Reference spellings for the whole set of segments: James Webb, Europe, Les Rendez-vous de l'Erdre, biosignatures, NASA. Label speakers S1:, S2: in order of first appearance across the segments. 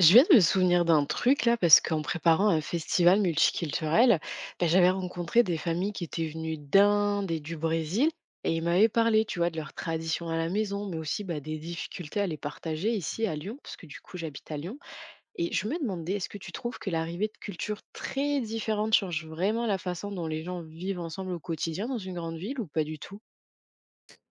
S1: Je viens de me souvenir d'un truc là, parce qu'en préparant un festival multiculturel, j'avais rencontré des familles qui étaient venues d'Inde et du Brésil, et ils m'avaient parlé, tu vois, de leurs traditions à la maison, mais aussi des difficultés à les partager ici à Lyon, parce que du coup j'habite à Lyon. Et je me demandais, est-ce que tu trouves que l'arrivée de cultures très différentes change vraiment la façon dont les gens vivent ensemble au quotidien dans une grande ville ou pas du tout?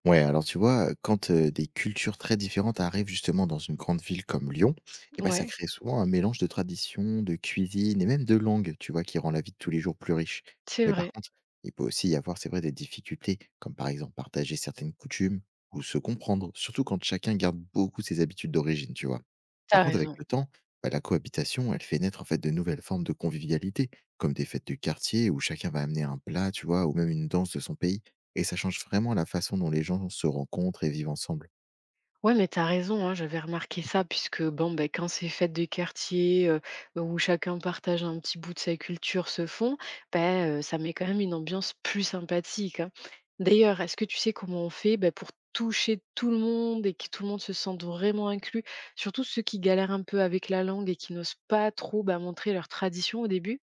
S2: Ouais, alors tu vois, quand des cultures très différentes arrivent justement dans une grande ville comme Lyon, eh ben, ça
S1: Ouais,
S2: crée souvent un mélange de traditions, de cuisine et même de langues, tu vois, qui rend la vie de tous les jours plus riche.
S1: c'est
S2: Mais par
S1: vrai,
S2: contre, il peut aussi y avoir, c'est vrai, des difficultés, comme par exemple partager certaines coutumes ou se comprendre, surtout quand chacun garde beaucoup ses habitudes d'origine, tu vois. Par
S1: t'as
S2: contre, avec
S1: raison.
S2: le temps, bah, la cohabitation, elle fait naître en fait de nouvelles formes de convivialité, comme des fêtes du quartier où chacun va amener un plat, tu vois, ou même une danse de son pays. Et ça change vraiment la façon dont les gens se rencontrent et vivent ensemble.
S1: Ouais, mais t'as raison, hein, j'avais remarqué ça puisque bon, quand ces fêtes de quartier où chacun partage un petit bout de sa culture se font, ça met quand même une ambiance plus sympathique, hein. D'ailleurs, est-ce que tu sais comment on fait, ben, pour toucher tout le monde et que tout le monde se sente vraiment inclus, surtout ceux qui galèrent un peu avec la langue et qui n'osent pas trop, ben, montrer leur tradition au début?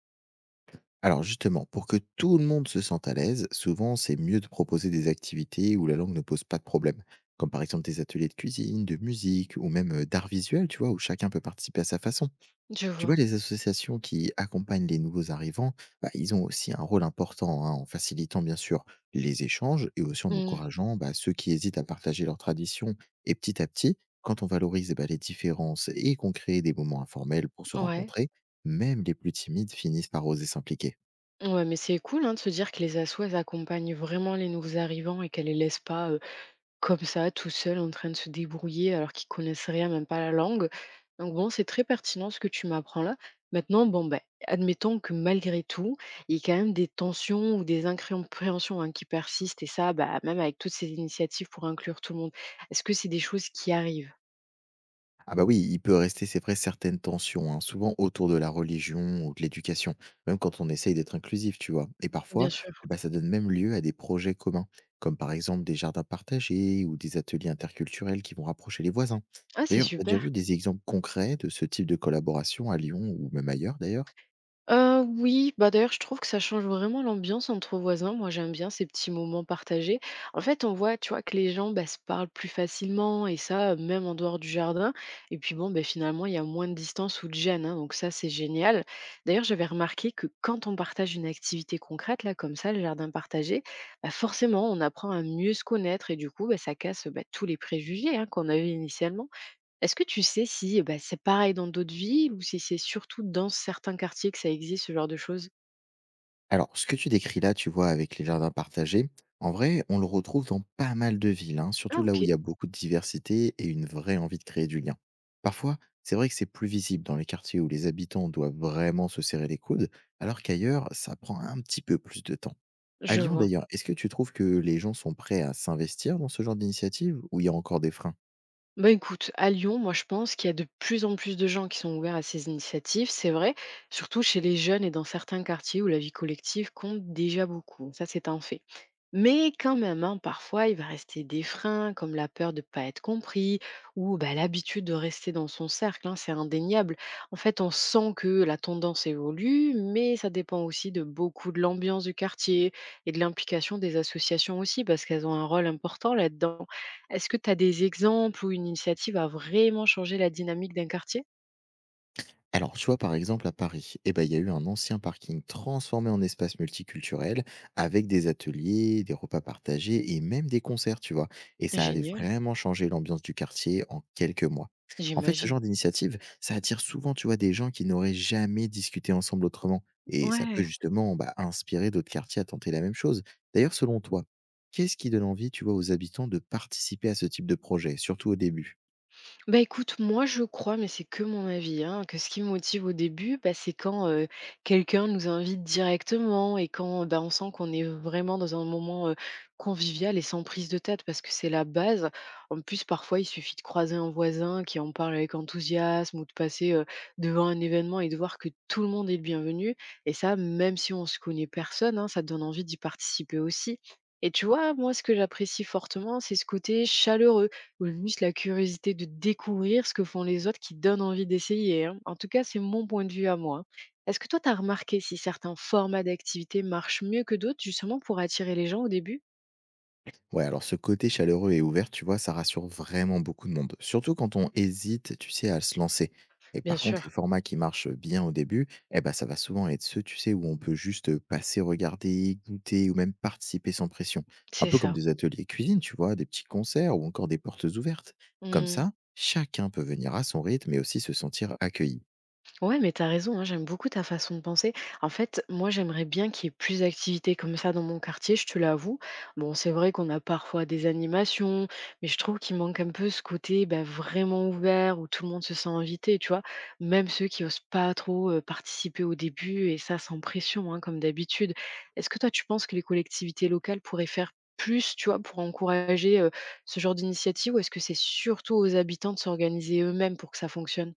S2: Alors justement, pour que tout le monde se sente à l'aise, souvent c'est mieux de proposer des activités où la langue ne pose pas de problème, comme par exemple des ateliers de cuisine, de musique ou même d'art visuel, tu vois, où chacun peut participer à sa façon.
S1: Je
S2: Tu
S1: vois.
S2: vois, les associations qui accompagnent les nouveaux arrivants, bah, ils ont aussi un rôle important hein, en facilitant bien sûr les échanges et aussi en
S1: Mm,
S2: encourageant bah, ceux qui hésitent à partager leurs traditions. Et petit à petit, quand on valorise bah, les différences et qu'on crée des moments informels pour se
S1: ouais.
S2: rencontrer, même les plus timides finissent par oser s'impliquer.
S1: Ouais, mais c'est cool hein, de se dire que les assos, elles accompagnent vraiment les nouveaux arrivants et qu'elles les laissent pas comme ça, tout seul, en train de se débrouiller alors qu'ils connaissent rien, même pas la langue. Donc bon, c'est très pertinent ce que tu m'apprends là. Maintenant, bon, admettons que malgré tout, il y a quand même des tensions ou des incompréhensions hein, qui persistent, et ça, même avec toutes ces initiatives pour inclure tout le monde. Est-ce que c'est des choses qui arrivent?
S2: Ah bah oui, il peut rester, c'est vrai, certaines tensions, hein, souvent autour de la religion ou de l'éducation, même quand on essaye d'être inclusif, tu vois. Et parfois,
S1: Bien sûr.
S2: eh ben, ça donne même lieu à des projets communs, comme par exemple des jardins partagés ou des ateliers interculturels qui vont rapprocher les voisins.
S1: Ah, c'est
S2: D'ailleurs, t'as déjà vu
S1: super.
S2: des exemples concrets de ce type de collaboration à Lyon ou même ailleurs d'ailleurs?
S1: Oui, bah, d'ailleurs, je trouve que ça change vraiment l'ambiance entre voisins. Moi, j'aime bien ces petits moments partagés. En fait, on voit, tu vois, que les gens, bah, se parlent plus facilement et ça, même en dehors du jardin, et puis, bon, bah finalement, il y a moins de distance ou de gêne, hein, donc ça, c'est génial. D'ailleurs, j'avais remarqué que quand on partage une activité concrète, là, comme ça, le jardin partagé, bah, forcément, on apprend à mieux se connaître et du coup, bah, ça casse, bah, tous les préjugés, hein, qu'on avait initialement. Est-ce que tu sais si, bah, c'est pareil dans d'autres villes ou si c'est surtout dans certains quartiers que ça existe ce genre de choses?
S2: Alors, ce que tu décris là, tu vois, avec les jardins partagés, en vrai, on le retrouve dans pas mal de villes, hein,
S1: Ah
S2: surtout là où
S1: OK,
S2: il y a beaucoup de diversité et une vraie envie de créer du lien. Parfois, c'est vrai que c'est plus visible dans les quartiers où les habitants doivent vraiment se serrer les coudes, alors qu'ailleurs, ça prend un petit peu plus de temps. À
S1: je
S2: Lyon
S1: vois.
S2: d'ailleurs, est-ce que tu trouves que les gens sont prêts à s'investir dans ce genre d'initiative ou il y a encore des freins?
S1: Bah écoute, à Lyon, moi je pense qu'il y a de plus en plus de gens qui sont ouverts à ces initiatives, c'est vrai, surtout chez les jeunes et dans certains quartiers où la vie collective compte déjà beaucoup, ça c'est un fait. Mais quand même, hein, parfois il va rester des freins comme la peur de ne pas être compris ou bah, l'habitude de rester dans son cercle, hein, c'est indéniable. En fait, on sent que la tendance évolue, mais ça dépend aussi de beaucoup de l'ambiance du quartier et de l'implication des associations aussi, parce qu'elles ont un rôle important là-dedans. Est-ce que tu as des exemples où une initiative a vraiment changé la dynamique d'un quartier?
S2: Alors, tu vois, par exemple, à Paris, eh ben, il y a eu un ancien parking transformé en espace multiculturel avec des ateliers, des repas partagés et même des concerts, tu vois. Et ça avait
S1: Génial,
S2: vraiment changé l'ambiance du quartier en quelques mois. En fait, ce
S1: j'imagine.
S2: genre d'initiative, ça attire souvent, tu vois, des gens qui n'auraient jamais discuté ensemble autrement. Et ça peut
S1: Ouais.
S2: justement bah, inspirer d'autres quartiers à tenter la même chose. D'ailleurs, selon toi, qu'est-ce qui donne envie, tu vois, aux habitants de participer à ce type de projet, surtout au début?
S1: Bah écoute, moi je crois, mais c'est que mon avis, hein, que ce qui me motive au début, c'est quand quelqu'un nous invite directement et quand bah, on sent qu'on est vraiment dans un moment convivial et sans prise de tête, parce que c'est la base. En plus, parfois, il suffit de croiser un voisin qui en parle avec enthousiasme ou de passer devant un événement et de voir que tout le monde est le bienvenu. Et ça, même si on se connaît personne, hein, ça te donne envie d'y participer aussi. Et tu vois, moi, ce que j'apprécie fortement, c'est ce côté chaleureux ou juste la curiosité de découvrir ce que font les autres qui donne envie d'essayer, hein. En tout cas, c'est mon point de vue à moi, hein. Est-ce que toi, tu as remarqué si certains formats d'activités marchent mieux que d'autres, justement pour attirer les gens au début?
S2: Ouais, alors ce côté chaleureux et ouvert, tu vois, ça rassure vraiment beaucoup de monde. Surtout quand on hésite, tu sais, à se lancer. Et
S1: Bien
S2: par contre, les
S1: sûr,
S2: formats qui marchent bien au début, eh ben, ça va souvent être ceux, tu sais, où on peut juste passer, regarder, goûter ou même participer sans pression. Un
S1: c'est
S2: peu comme
S1: ça.
S2: des ateliers cuisine, tu vois, des petits concerts ou encore des portes ouvertes. Comme
S1: Mmh.
S2: ça, chacun peut venir à son rythme et aussi se sentir accueilli.
S1: Ouais, mais t'as raison, hein, j'aime beaucoup ta façon de penser. En fait, moi, j'aimerais bien qu'il y ait plus d'activités comme ça dans mon quartier, je te l'avoue. Bon, c'est vrai qu'on a parfois des animations, mais je trouve qu'il manque un peu ce côté bah, vraiment ouvert où tout le monde se sent invité, tu vois. Même ceux qui osent pas trop participer au début et ça sans pression, hein, comme d'habitude. Est-ce que toi, tu penses que les collectivités locales pourraient faire plus, tu vois, pour encourager ce genre d'initiative ou est-ce que c'est surtout aux habitants de s'organiser eux-mêmes pour que ça fonctionne?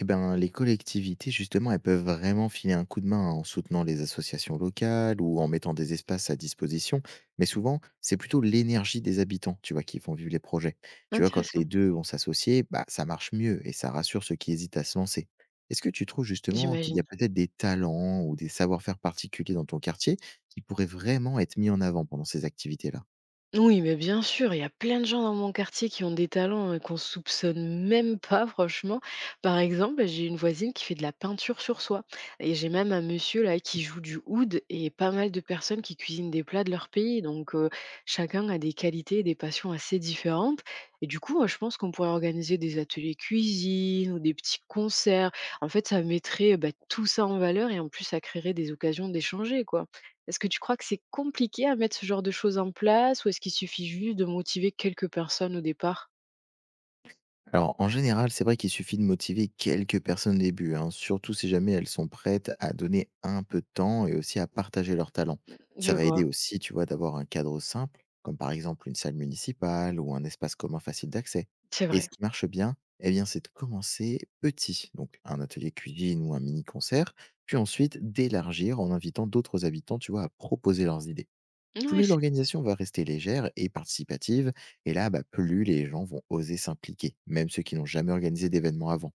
S2: Eh ben, les collectivités, justement, elles peuvent vraiment filer un coup de main en soutenant les associations locales ou en mettant des espaces à disposition. Mais souvent, c'est plutôt l'énergie des habitants, tu vois, qui font vivre les projets. Tu vois, quand les
S1: Intéressant,
S2: deux vont s'associer, bah, ça marche mieux et ça rassure ceux qui hésitent à se lancer. Est-ce que tu trouves justement qu'il y a
S1: j'imagine.
S2: peut-être des talents ou des savoir-faire particuliers dans ton quartier qui pourraient vraiment être mis en avant pendant ces activités-là?
S1: Oui, mais bien sûr, il y a plein de gens dans mon quartier qui ont des talents qu'on soupçonne même pas, franchement. Par exemple, j'ai une voisine qui fait de la peinture sur soie. Et j'ai même un monsieur là qui joue du oud et pas mal de personnes qui cuisinent des plats de leur pays. Donc chacun a des qualités et des passions assez différentes. Et du coup, moi, je pense qu'on pourrait organiser des ateliers cuisine ou des petits concerts. En fait, ça mettrait bah, tout ça en valeur et en plus, ça créerait des occasions d'échanger, quoi. Est-ce que tu crois que c'est compliqué à mettre ce genre de choses en place ou est-ce qu'il suffit juste de motiver quelques personnes au départ?
S2: Alors, en général, c'est vrai qu'il suffit de motiver quelques personnes au début, hein, surtout si jamais elles sont prêtes à donner un peu de temps et aussi à partager leurs talents. Ça
S1: Je
S2: va
S1: vois,
S2: aider aussi, tu vois, d'avoir un cadre simple, comme par exemple une salle municipale ou un espace commun facile d'accès.
S1: c'est
S2: Et ce
S1: vrai.
S2: qui marche bien, eh bien, c'est de commencer petit, donc un atelier cuisine ou un mini-concert, puis ensuite d'élargir en invitant d'autres habitants, tu vois, à proposer leurs idées.
S1: Ouais,
S2: Plus
S1: c'est
S2: l'organisation va rester légère et participative, et là, bah, plus les gens vont oser s'impliquer, même ceux qui n'ont jamais organisé d'événements avant.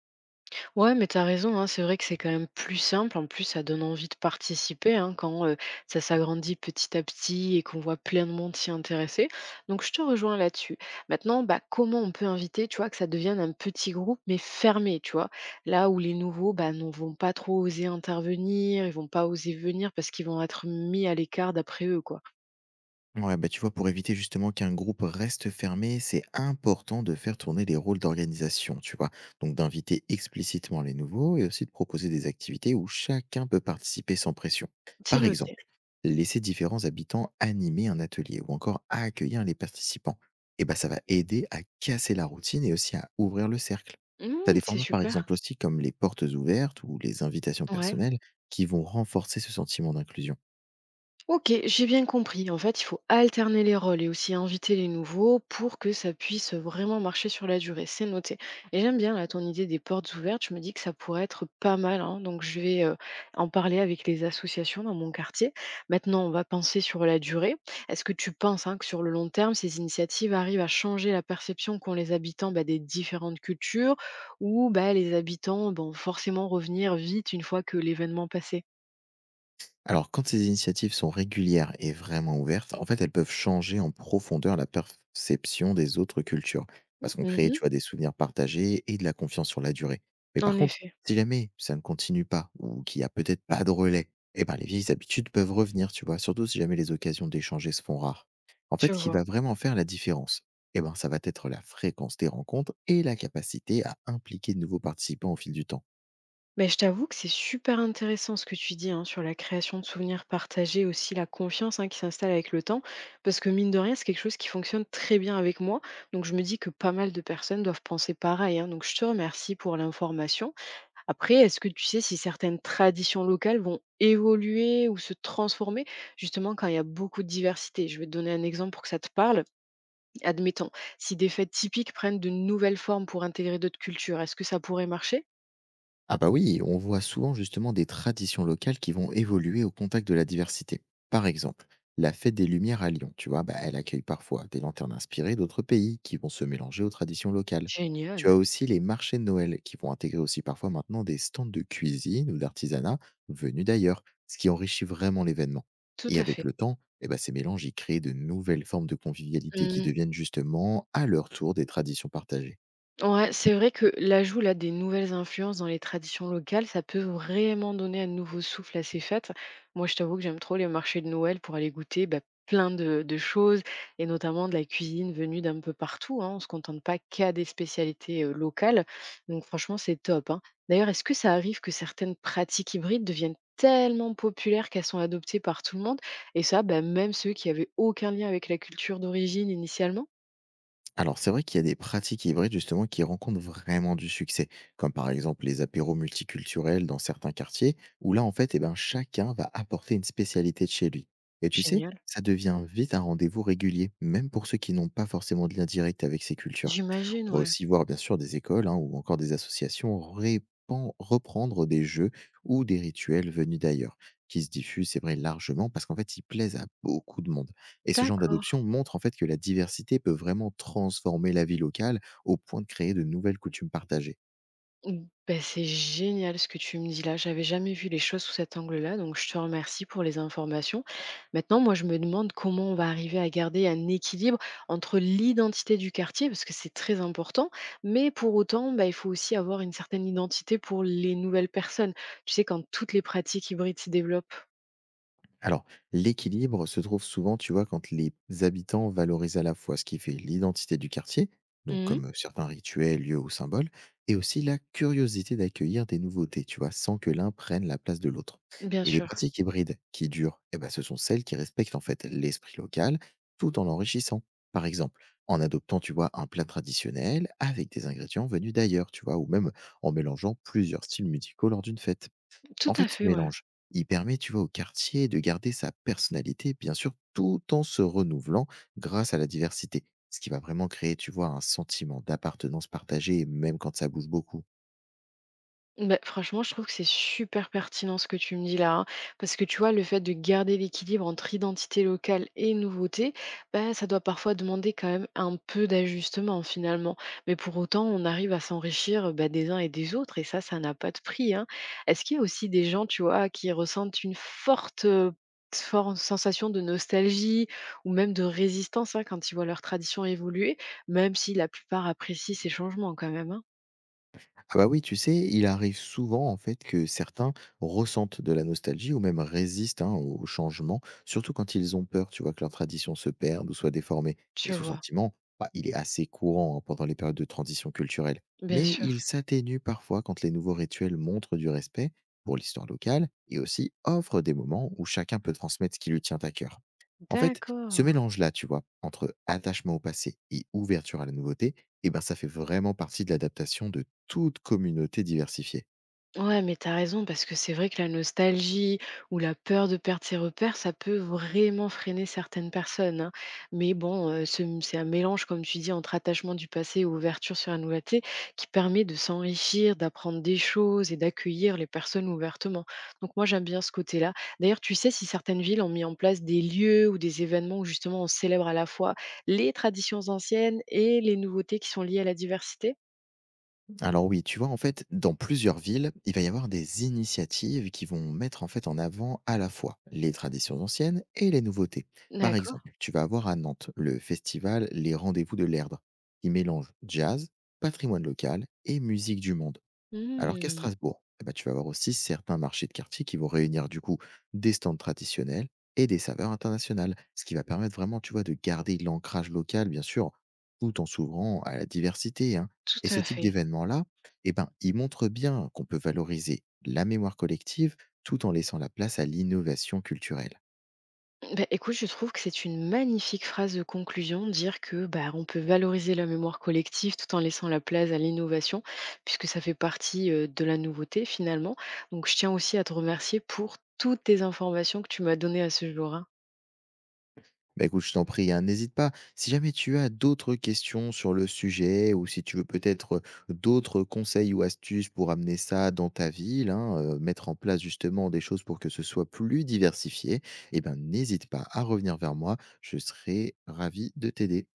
S1: ouais, mais t'as raison, hein, c'est vrai que c'est quand même plus simple. En plus, ça donne envie de participer hein, quand ça s'agrandit petit à petit et qu'on voit plein de monde s'y intéresser. Donc, je te rejoins là-dessus. Maintenant, bah, comment on peut inviter, tu vois, que ça devienne un petit groupe, mais fermé, tu vois, là où les nouveaux bah, ne vont pas trop oser intervenir, ils vont pas oser venir parce qu'ils vont être mis à l'écart d'après eux, quoi.
S2: Ouais, bah tu vois, pour éviter justement qu'un groupe reste fermé, c'est important de faire tourner les rôles d'organisation, tu vois. Donc d'inviter explicitement les nouveaux et aussi de proposer des activités où chacun peut participer sans pression.
S1: C'est
S2: Par
S1: noté.
S2: exemple, laisser différents habitants animer un atelier ou encore à accueillir les participants, eh ben, ça va aider à casser la routine et aussi à ouvrir le cercle. Tu as
S1: Mmh,
S2: des
S1: c'est
S2: formats par exemple
S1: super.
S2: aussi comme les portes ouvertes ou les invitations
S1: Ouais.
S2: personnelles qui vont renforcer ce sentiment d'inclusion.
S1: Ok, j'ai bien compris. En fait, il faut alterner les rôles et aussi inviter les nouveaux pour que ça puisse vraiment marcher sur la durée. C'est noté. Et j'aime bien là, ton idée des portes ouvertes. Je me dis que ça pourrait être pas mal, hein. Donc, je vais en parler avec les associations dans mon quartier. Maintenant, on va penser sur la durée. Est-ce que tu penses hein, que sur le long terme, ces initiatives arrivent à changer la perception qu'ont les habitants bah, des différentes cultures ou bah, les habitants vont forcément revenir vite une fois que l'événement passé?
S2: Alors, quand ces initiatives sont régulières et vraiment ouvertes, en fait, elles peuvent changer en profondeur la perception des autres cultures. Parce qu'on crée, tu
S1: Mhm,
S2: vois, des souvenirs partagés et de la confiance sur la durée. Mais par
S1: en
S2: contre,
S1: effet,
S2: si jamais ça ne continue pas ou qu'il n'y a peut-être pas de relais, eh ben, les vieilles habitudes peuvent revenir, tu vois, surtout si jamais les occasions d'échanger se font rares. En fait,
S1: tu
S2: ce qui
S1: vois.
S2: va vraiment faire la différence, eh ben, ça va être la fréquence des rencontres et la capacité à impliquer de nouveaux participants au fil du temps.
S1: Beh, je t'avoue que c'est super intéressant ce que tu dis hein, sur la création de souvenirs partagés, aussi la confiance hein, qui s'installe avec le temps, parce que mine de rien, c'est quelque chose qui fonctionne très bien avec moi. Donc je me dis que pas mal de personnes doivent penser pareil, hein, donc je te remercie pour l'information. Après, est-ce que tu sais si certaines traditions locales vont évoluer ou se transformer justement quand il y a beaucoup de diversité? Je vais te donner un exemple pour que ça te parle. Admettons, si des fêtes typiques prennent de nouvelles formes pour intégrer d'autres cultures, est-ce que ça pourrait marcher?
S2: Ah bah oui, on voit souvent justement des traditions locales qui vont évoluer au contact de la diversité. Par exemple, la fête des Lumières à Lyon, tu vois, bah, elle accueille parfois des lanternes inspirées d'autres pays qui vont se mélanger aux traditions locales. Tu
S1: Génial.
S2: as aussi les marchés de Noël qui vont intégrer aussi parfois maintenant des stands de cuisine ou d'artisanat venus d'ailleurs, ce qui enrichit vraiment l'événement.
S1: Tout
S2: Et
S1: à
S2: avec
S1: fait.
S2: le temps, eh ben, ces mélanges y créent de nouvelles formes de convivialité qui
S1: Mmh.
S2: deviennent justement à leur tour des traditions partagées.
S1: Ouais, c'est vrai que l'ajout là des nouvelles influences dans les traditions locales, ça peut vraiment donner un nouveau souffle à ces fêtes. Moi, je t'avoue que j'aime trop les marchés de Noël pour aller goûter bah, plein de choses et notamment de la cuisine venue d'un peu partout, hein. On se contente pas qu'à des spécialités locales. Donc franchement, c'est top, hein. D'ailleurs, est-ce que ça arrive que certaines pratiques hybrides deviennent tellement populaires qu'elles sont adoptées par tout le monde et ça, bah, même ceux qui avaient aucun lien avec la culture d'origine initialement?
S2: Alors, c'est vrai qu'il y a des pratiques hybrides justement qui rencontrent vraiment du succès, comme par exemple les apéros multiculturels dans certains quartiers, où là, en fait, eh ben, chacun va apporter une spécialité de chez lui. Et tu sais,
S1: Génial.
S2: ça devient vite un rendez-vous régulier, même pour ceux qui n'ont pas forcément de lien direct avec ces cultures.
S1: J'imagine,
S2: On va
S1: ouais.
S2: aussi voir, bien sûr, des écoles hein, ou encore des associations reprendre des jeux ou des rituels venus d'ailleurs, qui se diffusent, c'est vrai, largement, parce qu'en fait, ils plaisent à beaucoup de monde. Et ce genre
S1: D'accord.
S2: d'adoption montre en fait que la diversité peut vraiment transformer la vie locale au point de créer de nouvelles coutumes partagées.
S1: Mmh, beh, c'est génial ce que tu me dis là. J'avais jamais vu les choses sous cet angle-là, donc je te remercie pour les informations. Maintenant, moi, je me demande comment on va arriver à garder un équilibre entre l'identité du quartier, parce que c'est très important, mais pour autant, ben il faut aussi avoir une certaine identité pour les nouvelles personnes. Tu sais, quand toutes les pratiques hybrides se développent.
S2: Alors, l'équilibre se trouve souvent, tu vois, quand les habitants valorisent à la fois ce qui fait l'identité du quartier, donc
S1: Mmh.
S2: comme certains rituels, lieux ou symboles, et aussi la curiosité d'accueillir des nouveautés, tu vois, sans que l'un prenne la place de l'autre.
S1: Bien
S2: Et les
S1: sûr.
S2: pratiques hybrides qui durent, eh ben, ce sont celles qui respectent en fait l'esprit local tout en l'enrichissant. Par exemple, en adoptant, tu vois, un plat traditionnel avec des ingrédients venus d'ailleurs, tu vois, ou même en mélangeant plusieurs styles musicaux lors d'une fête.
S1: Tout
S2: En
S1: à
S2: fait, ce
S1: fait, ouais.
S2: mélange, il permet, tu vois, au quartier de garder sa personnalité, bien sûr, tout en se renouvelant grâce à la diversité. Ce qui va vraiment créer, tu vois, un sentiment d'appartenance partagée, même quand ça bouge beaucoup.
S1: Bah, franchement, je trouve que c'est super pertinent ce que tu me dis là, hein, parce que tu vois, le fait de garder l'équilibre entre identité locale et nouveauté, bah, ça doit parfois demander quand même un peu d'ajustement finalement. Mais pour autant, on arrive à s'enrichir bah, des uns et des autres, et ça n'a pas de prix, hein. Est-ce qu'il y a aussi des gens, tu vois, qui ressentent une forte sensation de nostalgie ou même de résistance hein, quand ils voient leur tradition évoluer, même si la plupart apprécient ces changements quand même, hein,
S2: Ah bah oui, tu sais, il arrive souvent en fait que certains ressentent de la nostalgie ou même résistent hein, au changement, surtout quand ils ont peur, tu vois, que leur tradition se perde ou soit déformée. Et
S1: tu
S2: ce
S1: vois,
S2: sentiment, bah, il est assez courant hein, pendant les périodes de transition culturelle.
S1: bien
S2: Mais
S1: sûr.
S2: il s'atténue parfois quand les nouveaux rituels montrent du respect pour l'histoire locale et aussi offrent des moments où chacun peut transmettre ce qui lui tient à cœur. En fait, ce
S1: D'accord.
S2: mélange-là, tu vois, entre attachement au passé et ouverture à la nouveauté, eh ben, ça fait vraiment partie de l'adaptation de toute communauté diversifiée.
S1: Ouais, mais t'as raison, parce que c'est vrai que la nostalgie ou la peur de perdre ses repères, ça peut vraiment freiner certaines personnes, hein. Mais bon, c'est un mélange, comme tu dis, entre attachement du passé et ouverture sur la nouveauté qui permet de s'enrichir, d'apprendre des choses et d'accueillir les personnes ouvertement. Donc moi, j'aime bien ce côté-là. D'ailleurs, tu sais si certaines villes ont mis en place des lieux ou des événements où justement on célèbre à la fois les traditions anciennes et les nouveautés qui sont liées à la diversité?
S2: Alors oui, tu vois, en fait, dans plusieurs villes, il va y avoir des initiatives qui vont mettre en fait en avant à la fois les traditions anciennes et les nouveautés. Par
S1: D'accord.
S2: exemple, tu vas avoir à Nantes le festival Les Rendez-vous de l'Erdre, qui mélange jazz, patrimoine local et musique du monde. Alors qu'à Strasbourg, eh ben, tu vas avoir aussi certains marchés de quartier qui vont réunir du coup des stands traditionnels et des saveurs internationales, ce qui va permettre vraiment, tu vois, de garder l'ancrage local, bien sûr, tout en s'ouvrant à la diversité, hein.
S1: Tout
S2: Et ce
S1: à
S2: type
S1: fait.
S2: d'événement-là, eh ben, il montre bien qu'on peut valoriser la mémoire collective tout en laissant la place à l'innovation culturelle.
S1: Bah, écoute, je trouve que c'est une magnifique phrase de conclusion, dire que bah, on peut valoriser la mémoire collective tout en laissant la place à l'innovation, puisque ça fait partie de la nouveauté finalement. Donc je tiens aussi à te remercier pour toutes tes informations que tu m'as données à ce jour, hein.
S2: Bah écoute, je t'en prie, hein, n'hésite pas. Si jamais tu as d'autres questions sur le sujet ou si tu veux peut-être d'autres conseils ou astuces pour amener ça dans ta ville, hein, mettre en place justement des choses pour que ce soit plus diversifié, eh ben n'hésite pas à revenir vers moi, je serai ravi de t'aider.